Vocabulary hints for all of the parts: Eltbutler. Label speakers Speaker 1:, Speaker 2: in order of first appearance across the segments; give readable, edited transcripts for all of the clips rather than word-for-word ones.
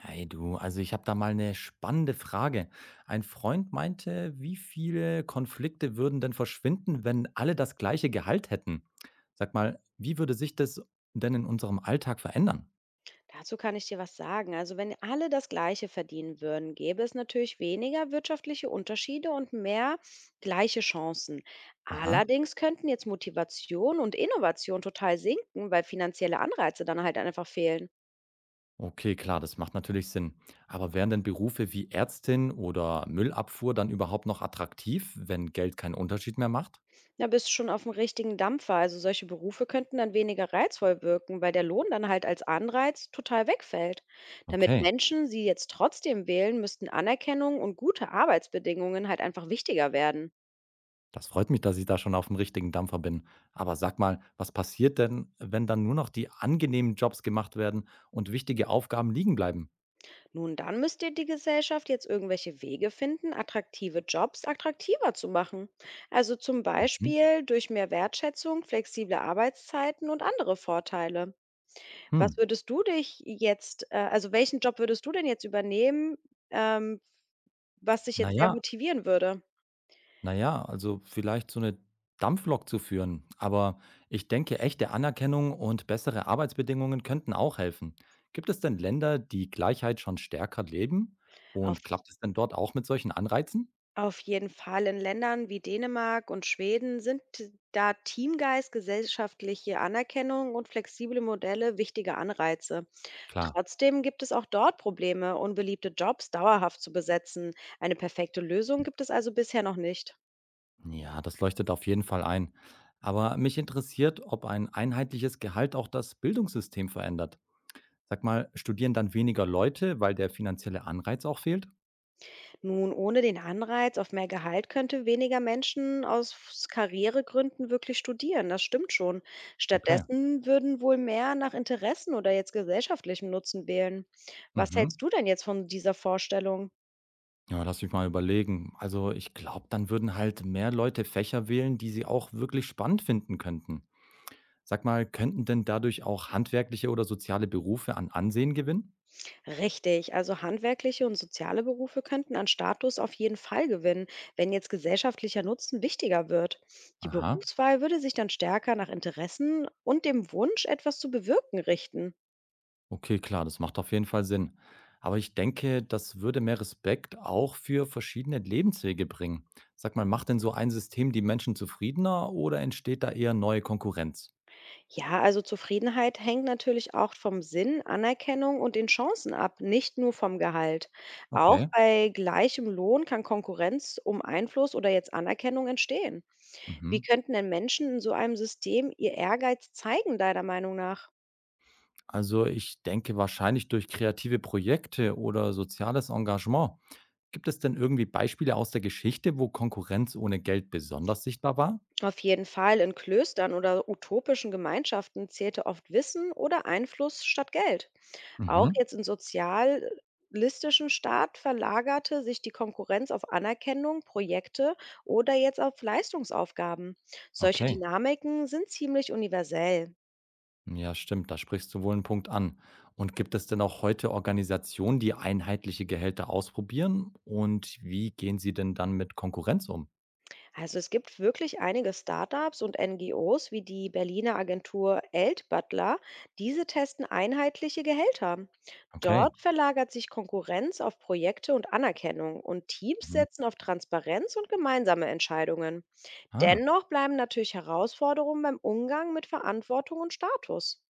Speaker 1: Hey du, also ich habe da mal eine spannende Frage. Ein Freund meinte, wie viele Konflikte würden denn verschwinden, wenn alle das gleiche Gehalt hätten? Sag mal, wie würde sich das denn in unserem Alltag verändern?
Speaker 2: Dazu kann ich dir was sagen. Also wenn alle das Gleiche verdienen würden, gäbe es natürlich weniger wirtschaftliche Unterschiede und mehr gleiche Chancen.
Speaker 1: Aha,
Speaker 2: Allerdings könnten jetzt Motivation und Innovation total sinken, weil finanzielle Anreize dann halt einfach fehlen.
Speaker 1: okay, klar, das macht natürlich Sinn. Aber wären denn Berufe wie Ärztin oder Müllabfuhr dann überhaupt noch attraktiv, wenn Geld keinen Unterschied mehr macht?
Speaker 2: Da bist du schon auf dem richtigen Dampfer. Also solche Berufe könnten dann weniger reizvoll wirken, weil der Lohn dann halt als Anreiz total wegfällt. Damit
Speaker 1: Okay.
Speaker 2: Menschen sie jetzt trotzdem wählen, müssten Anerkennung und gute Arbeitsbedingungen halt einfach wichtiger werden.
Speaker 1: Das freut mich, dass ich da schon auf dem richtigen Dampfer bin. Aber sag mal, was passiert denn, wenn dann nur noch die angenehmen Jobs gemacht werden und wichtige Aufgaben liegen bleiben?
Speaker 2: Nun, dann müsst ihr die Gesellschaft jetzt irgendwelche Wege finden, attraktive Jobs attraktiver zu machen. Also zum
Speaker 1: Mhm.
Speaker 2: Beispiel durch mehr Wertschätzung, flexible Arbeitszeiten und andere Vorteile.
Speaker 1: Hm.
Speaker 2: Was würdest du dich jetzt, also welchen Job würdest du denn jetzt übernehmen, ähm, was dich
Speaker 1: Na
Speaker 2: jetzt sehr
Speaker 1: ja,
Speaker 2: motivieren würde?
Speaker 1: na ja, also vielleicht so eine Dampflok zu führen. Aber ich denke, echte Anerkennung und bessere Arbeitsbedingungen könnten auch helfen. Gibt es denn Länder, die Gleichheit schon stärker leben?
Speaker 2: Auf,
Speaker 1: Und klappt es denn dort auch mit solchen Anreizen?
Speaker 2: auf jeden Fall in Ländern wie Dänemark und Schweden sind da Teamgeist, gesellschaftliche Anerkennung und flexible Modelle wichtige Anreize.
Speaker 1: Klar.
Speaker 2: Trotzdem gibt es auch dort Probleme, unbeliebte Jobs dauerhaft zu besetzen. Eine perfekte Lösung gibt es also bisher noch nicht.
Speaker 1: Ja, das leuchtet auf jeden Fall ein. Aber mich interessiert, ob ein einheitliches Gehalt auch das Bildungssystem verändert. Sag mal, studieren dann weniger Leute, weil der finanzielle Anreiz auch fehlt?
Speaker 2: Nun, ohne den Anreiz auf mehr Gehalt könnte weniger Menschen aus Karrieregründen wirklich studieren. Das stimmt schon.
Speaker 1: Okay.
Speaker 2: Stattdessen würden wohl mehr nach Interessen oder jetzt gesellschaftlichem Nutzen wählen. Was
Speaker 1: Mhm.
Speaker 2: hältst du denn jetzt von dieser Vorstellung?
Speaker 1: Ja, lass mich mal überlegen. Also ich glaube, dann würden halt mehr Leute Fächer wählen, die sie auch wirklich spannend finden könnten. Sag mal, könnten denn dadurch auch handwerkliche oder soziale Berufe an Ansehen gewinnen?
Speaker 2: Richtig, also handwerkliche und soziale Berufe könnten an Status auf jeden Fall gewinnen, wenn jetzt gesellschaftlicher Nutzen wichtiger wird. Die
Speaker 1: Aha.
Speaker 2: Berufswahl würde sich dann stärker nach Interessen und dem Wunsch, etwas zu bewirken, richten.
Speaker 1: Okay, klar, das macht auf jeden Fall Sinn. Aber ich denke, das würde mehr Respekt auch für verschiedene Lebenswege bringen. Sag mal, macht denn so ein System die Menschen zufriedener oder entsteht da eher neue Konkurrenz?
Speaker 2: Ja, also Zufriedenheit hängt natürlich auch vom Sinn, Anerkennung und den Chancen ab, nicht nur vom Gehalt. Auch
Speaker 1: Okay.
Speaker 2: bei gleichem Lohn kann Konkurrenz um Einfluss oder jetzt Anerkennung entstehen. Wie
Speaker 1: Mhm.
Speaker 2: könnten denn Menschen in so einem System ihr Ehrgeiz zeigen, deiner Meinung nach?
Speaker 1: Also ich denke wahrscheinlich durch kreative Projekte oder soziales Engagement. Gibt es denn irgendwie Beispiele aus der Geschichte, wo Konkurrenz ohne Geld besonders sichtbar war?
Speaker 2: Auf jeden Fall in Klöstern oder utopischen Gemeinschaften zählte oft Wissen oder Einfluss statt Geld. Auch
Speaker 1: Mhm.
Speaker 2: jetzt im sozialistischen Staat verlagerte sich die Konkurrenz auf Anerkennung, Projekte oder jetzt auf Leistungsaufgaben. Solche
Speaker 1: Okay.
Speaker 2: Dynamiken sind ziemlich universell.
Speaker 1: Ja, stimmt, da sprichst du wohl einen Punkt an. Und gibt es denn auch heute Organisationen, die einheitliche Gehälter ausprobieren und wie gehen sie denn dann mit Konkurrenz um?
Speaker 2: Also es gibt wirklich einige Startups und NGOs wie die Berliner Agentur Eltbutler. Diese testen einheitliche Gehälter. Dort
Speaker 1: Okay.
Speaker 2: verlagert sich Konkurrenz auf Projekte und Anerkennung und Teams
Speaker 1: Mhm.
Speaker 2: setzen auf Transparenz und gemeinsame Entscheidungen.
Speaker 1: Ah,
Speaker 2: Dennoch bleiben natürlich Herausforderungen beim Umgang mit Verantwortung und Status.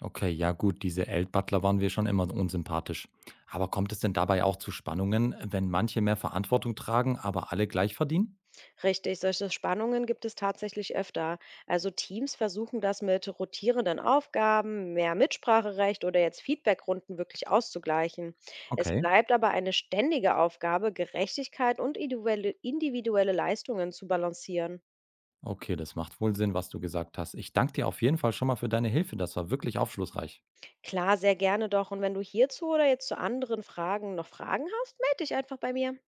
Speaker 1: okay, ja gut, diese Eltbutler waren wir schon immer unsympathisch. Aber kommt es denn dabei auch zu Spannungen, wenn manche mehr Verantwortung tragen, aber alle gleich verdienen?
Speaker 2: Richtig, solche Spannungen gibt es tatsächlich öfter. Also Teams versuchen das mit rotierenden Aufgaben, mehr Mitspracherecht oder jetzt Feedbackrunden wirklich auszugleichen. Es
Speaker 1: Okay.
Speaker 2: bleibt aber eine ständige Aufgabe, Gerechtigkeit und individuelle Leistungen zu balancieren.
Speaker 1: Okay, das macht wohl Sinn, was du gesagt hast. Ich danke dir auf jeden Fall schon mal für deine Hilfe. Das war wirklich aufschlussreich.
Speaker 2: Klar, sehr gerne doch. Und wenn du hierzu oder jetzt zu anderen Fragen noch Fragen hast, melde dich einfach bei mir.